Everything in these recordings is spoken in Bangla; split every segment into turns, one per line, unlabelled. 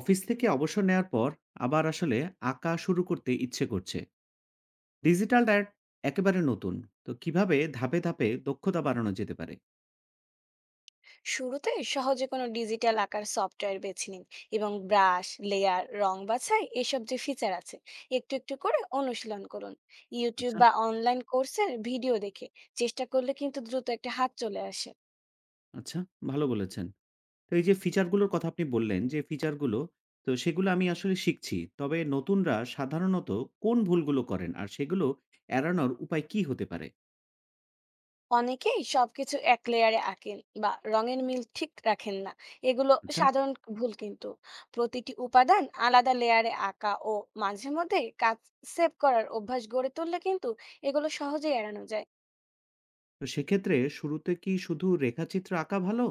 অফিস থেকে অবসর নেওয়ার পর আবার আসলে আঁকা শুরু করতে ইচ্ছে করছে। ডিজিটাল আর্ট একেবারে নতুন, তো কিভাবে ধাপে ধাপে দক্ষতা বাড়ানো যেতে পারে?
শুরুতে সহজে কোনো ডিজিটাল আঁকার সফটওয়্যার বেছে নিন এবং ব্রাশ লেয়ার রং বাছাই এসব যে ফিচার আছে একটু একটু করে অনুশীলন করুন। ইউটিউব
আচ্ছা।
বা অনলাইন কোর্সের ভিডিও দেখে চেষ্টা করলে কিন্তু দ্রুত একটা হাত চলে আসে।
আচ্ছা, ভালো বলেছেন। তো এই যে ফিচারগুলোর কথা আপনি বললেন, যে ফিচারগুলো, তো সেগুলো আমি আসলে শিখছি, তবে নতুনরা সাধারণত কোন ভুলগুলো করেন আর সেগুলো এড়ানোর উপায় কি হতে পারে?
অনেকেই সবকিছু এক লেয়ারে আঁকেন বা রঙের মিল ঠিক রাখেন না, এগুলো
আচ্ছা।
সাধারণ ভুল কিন্তু প্রতিটি উপাদান আলাদা লেয়ারে আঁকা ও মাঝে মধ্যে কাজ সেভ করার অভ্যাস গড়ে তুললে কিন্তু এগুলো সহজেই এড়ানো যায়।
তো সেক্ষেত্রে শুরুতে কি শুধু রেখাচিত্র আঁকা ভালো,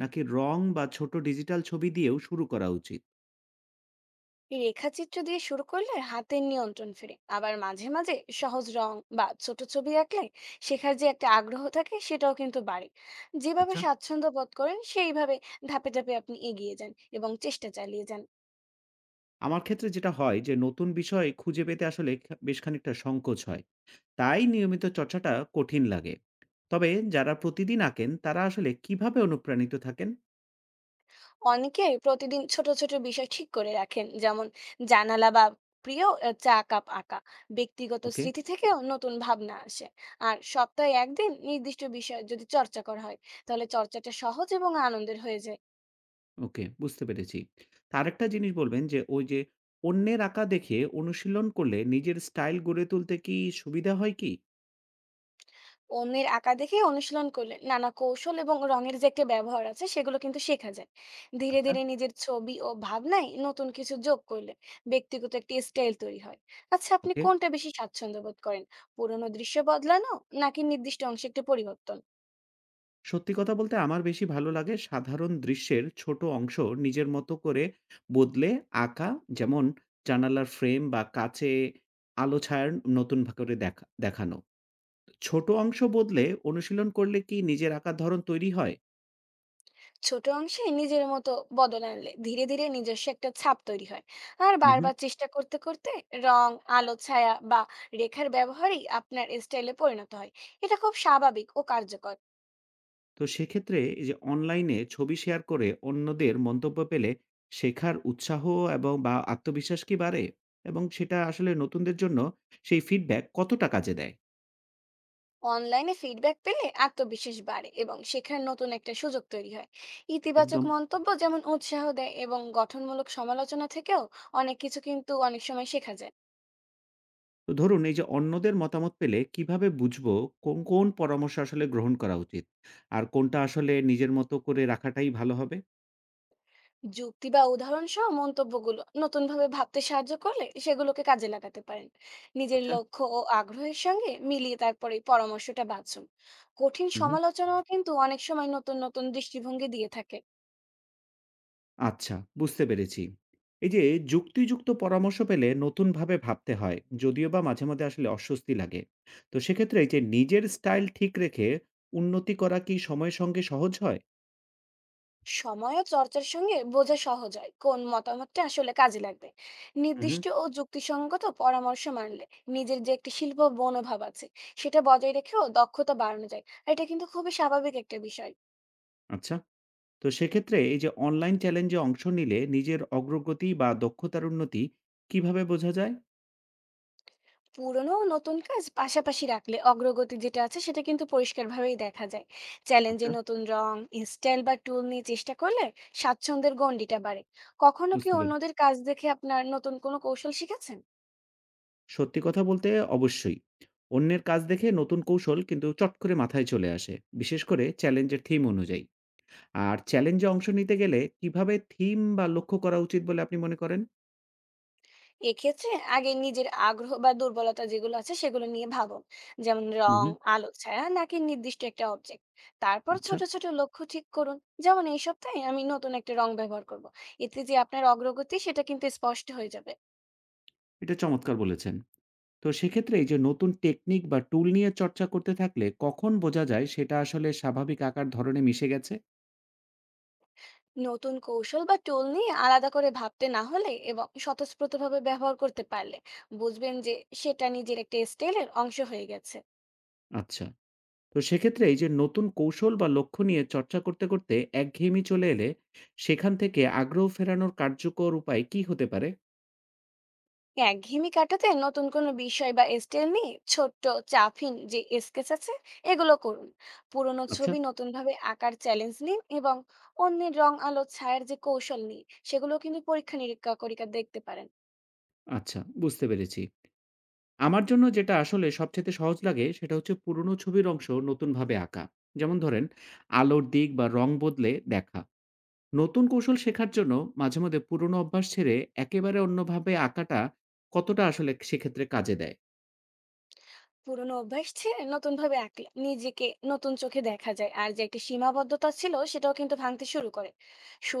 নাকি রং বা ছোট ডিজিটাল ছবি দিয়েও শুরু করা উচিত?
রেখাচিত্র দিয়ে শুরু করলে হাতের নিয়ন্ত্রণ ফিরে আবার মাঝে মাঝে সহজ রং বা ছোট ছবি আঁকলে শেখার যে একটা আগ্রহ থাকে সেটাও কিন্তু বাড়ে। যেভাবে
আচ্ছা।
স্বাচ্ছন্দ্য বোধ করেন সেইভাবে ধাপে ধাপে আপনি এগিয়ে যান এবং চেষ্টা চালিয়ে যান।
আমার ক্ষেত্রে যেটা হয় যে নতুন বিষয় খুঁজে পেতে আসলে বেশ খানিকটা সংকোচ হয়। তাই নিয়মিত চর্চাটা কঠিন লাগে। তবে যারা প্রতিদিন আঁকেন তারা আসলে কিভাবে অনুপ্রাণিত থাকেন?
অনেকে প্রতিদিন ছোট ছোট বিষয় ঠিক করে রাখেন, যেমন জানালা বা প্রিয় চা কাপ আঁকা। ব্যক্তিগত
ওকে।
স্মৃতি থেকেও নতুন ভাবনা আসে। আর সপ্তাহে একদিন নির্দিষ্ট বিষয় যদি চর্চা করা হয় তাহলে চর্চাটা সহজ এবং আনন্দের হয়ে যায়।
ওকে, বুঝতে পেরেছি। তা আরেকটা জিনিস বলবেন, যে ওই যে অন্যের আঁকা দেখে অনুশীলন করলে নিজের স্টাইল গড়ে তুলতে কি সুবিধা হয় কি?
অন্যের আঁকা দেখে অনুশীলন করলে নানা কৌশল এবং রঙের যে একটা ব্যবহার আছে সেগুলো কিন্তু শেখা যায়। ধীরে
আচ্ছা।
ধীরে নিজের ছবি ও ভাবনায় নতুন কিছু যোগ করলে ব্যক্তিগত একটি স্টাইল তৈরি হয়। আচ্ছা, আপনি
ওকে।
কোনটা বেশি স্বাচ্ছন্দ্য বোধ করেন, পুরোনো দৃশ্য বদলানো নাকি নির্দিষ্ট অংশে একটি পরিবর্তন?
সত্যি কথা বলতে আমার বেশি ভালো লাগে সাধারণ দৃশ্যের ছোট অংশ নিজের মতো করে বদলে আঁকা। যেমন জানালার ফ্রেম বা কাচে আলো ছায়ার নতুন করে দেখা দেখানো। ছোট অংশ বদলে অনুশীলন করলে কি নিজের আঁকার ধরন তৈরি হয়?
ছোট অংশে নিজের মতো বদল আনলে ধীরে ধীরে নিজস্ব একটা ছাপ তৈরি হয়। আর
হুম, হুম।
বারবার চেষ্টা করতে করতে রং, আলো ছায়া বা রেখার ব্যবহারই আপনার স্টাইলে পরিণত হয়। এটা খুব স্বাভাবিক ও কার্যকর।
তো সেক্ষেত্রে এই যে অনলাইনে ছবি শেয়ার করে অন্যদের মন্তব্য পেলে শেখার উৎসাহ এবং বা আত্মবিশ্বাস কি বাড়ে? এবং সেটা আসলে নতুনদের জন্য সেই ফিডব্যাক কতটা কাজে দেয়?
অনলাইনে ফিডব্যাক পেলে আত্মবিশ্বাস বাড়ে এবং শেখার নতুন একটা সুযোগ তৈরি হয়। ইতিবাচক
একদম।
মন্তব্য যেমন উৎসাহ দেয় এবং গঠনমূলক সমালোচনা থেকেও অনেক কিছু কিন্তু অনেক সময় শেখা যায়।
তো ধরুন এই যে অন্যদের মতামত পেলে কিভাবে বুঝবো কোন পরামর্শ আসলে গ্রহণ করা উচিত? আর কোনটা আসলে নিজের মতো করে রাখাটাই ভালো হবে?
যুক্তি বা উদাহরণ সহ মন্তব্যগুলো নতুনভাবে ভাবতে সাহায্য করলে সেগুলোকে কাজে লাগাতে পারেন। নিজের
আচ্ছা।
লক্ষ্য ও আগ্রহের সঙ্গে মিলিয়ে তারপরে পরামর্শটা বাছুন। কঠিন
হু, হু।
সমালোচনাও কিন্তু অনেক সময় নতুন নতুন দৃষ্টিভঙ্গি দিয়ে থাকে।
আচ্ছা, বুঝতে পেরেছি। এই যে যুক্তিযুক্ত পরামর্শ পেলে নতুনভাবে ভাবতে হয়। যদিও বা মাঝে মাঝে আসলে অস্বস্তি লাগে। তো সেক্ষেত্রে এই যে নিজের স্টাইল ঠিক রেখে উন্নতি করা কি সময়ের সঙ্গে সহজ হয়?
সময় ও চর্চার সঙ্গে বোঝা সহজ হয় কোন মতামতটা আসলে কাজে লাগবে।
হু, হু।
নির্দিষ্ট ও যুক্তিসঙ্গত পরামর্শ মানলে নিজের যে একটি শিল্প মনোভাব আছে সেটা বজায় রেখেও দক্ষতা বাড়ানো যায়, আর এটা কিন্তু খুবই স্বাভাবিক একটা বিষয়।
আচ্ছা। তো সেক্ষেত্রে এই যে অনলাইন চ্যালেঞ্জে অংশ নিলে নিজের অগ্রগতি বা দক্ষতার উন্নতি কিভাবে বোঝা যায়?
পুরনো ও নতুন কাজ পাশাপাশি রাখলে অগ্রগতি যেটা আছে সেটা কিন্তু পরিষ্কারভাবেই দেখা যায়। চ্যালেঞ্জে
আচ্ছা।
নতুন রং, স্টাইল বা টুল নিয়ে চেষ্টা করলে স্বাচ্ছন্দ্যের গণ্ডিটা বাড়ে। কখনো কি
বুঝতে পেরেছি।
অন্যদের কাজ দেখে আপনার নতুন কোনো কৌশল শিখেছেন?
সত্যি কথা বলতে অবশ্যই। অন্যের কাজ দেখে নতুন কৌশল কিন্তু চট করে মাথায় চলে আসে। বিশেষ করে চ্যালেঞ্জের থিম অনুযায়ী। আর চ্যালেঞ্জে অংশ নিতে গেলে কিভাবে থিম বা লক্ষ্য করা উচিত বলে আপনি মনে করেন?
এক্ষেত্রে আগে নিজের আগ্রহ বা দুর্বলতা যেগুলো আছে সেগুলো নিয়ে ভাবুন, যেমন
হু,
রং,
হু।
আলো ছায়া নাকি নির্দিষ্ট একটা অবজেক্ট। তারপর
আচ্ছা,
ছোট ছোট লক্ষ্য ঠিক করুন, যেমন এই সপ্তাহে আমি নতুন একটা রং ব্যবহার করব। এতে যে আপনার অগ্রগতি সেটা কিন্তু স্পষ্ট হয়ে যাবে।
এটা চমৎকার বলেছেন। তো সেক্ষেত্রে এই যে নতুন টেকনিক বা টুল নিয়ে চর্চা করতে থাকলে কখন বোঝা যায় সেটা আসলে স্বাভাবিক আকার ধরনে মিশে গেছে?
নতুন কৌশল বা টোল নিয়ে আলাদা করে ভাবতে না হলে এবং স্বতঃস্ফূর্তভাবে ব্যবহার করতে পারলে বুঝবেন যে সেটা নিজের একটা স্টাইলের অংশ হয়ে গেছে।
আচ্ছা। তো সেক্ষেত্রে এই যে নতুন কৌশল বা লক্ষ্য নিয়ে চর্চা করতে করতে একঘেয়েমি চলে এলে সেখান থেকে আগ্রহ ফেরানোর কার্যকর উপায় কি হতে পারে?
একঘেয়েমি কাটাতে নতুন কোনো বিষয় বা স্টাইল নিয়ে ছোট্ট চাফিন যে স্কেচ আছে এগুলো করুন। পুরোনো
আচ্ছা।
ছবি নতুন ভাবে আঁকার চ্যালেঞ্জ নিন এবং অন্যের রং আলো ছায়ার যে কৌশল নিয়ে সেগুলো কিন্তু পরীক্ষা নিরীক্ষা করে দেখতে পারেন।
আচ্ছা, বুঝতে পেরেছি। আমার জন্য যেটা আসলে সবচেয়ে সহজ লাগে সেটা হচ্ছে পুরনো ছবির অংশ নতুনভাবে আঁকা। যেমন ধরেন আলোর দিক বা রং বদলে দেখা। নতুন কৌশল শেখার জন্য মাঝে মধ্যে পুরনো অভ্যাস ছেড়ে একেবারে অন্যভাবে আঁকাটা কতটা আসলে সেক্ষেত্রে কাজে দেয়?
পুরোনো অভ্যাস ছেড়ে নতুন ভাবে আঁকলে নিজেকে নতুন চোখে দেখা যায়, আর যে একটা সীমাবদ্ধতা ছিল সেটাও কিন্তু ভাঙতে শুরু করে।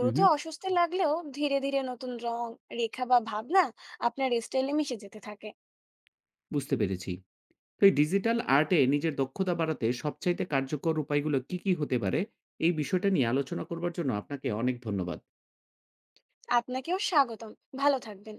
হুম, হুম।
অস্বস্তি লাগলেও ধীরে ধীরে নতুন রং, রেখা বা ভাবনা আপনার স্টাইলে মিশে যেতে থাকে।
বুঝতে পেরেছি। তো এই ডিজিটাল আর্টে নিজের দক্ষতা বাড়াতে সবচাইতে কার্যকর উপায়গুলো কি হতে পারে? এই বিষয়টা নিয়ে আলোচনা করবার জন্য আপনাকে অনেক ধন্যবাদ।
আপনাকেও স্বাগতম। ভালো থাকবেন।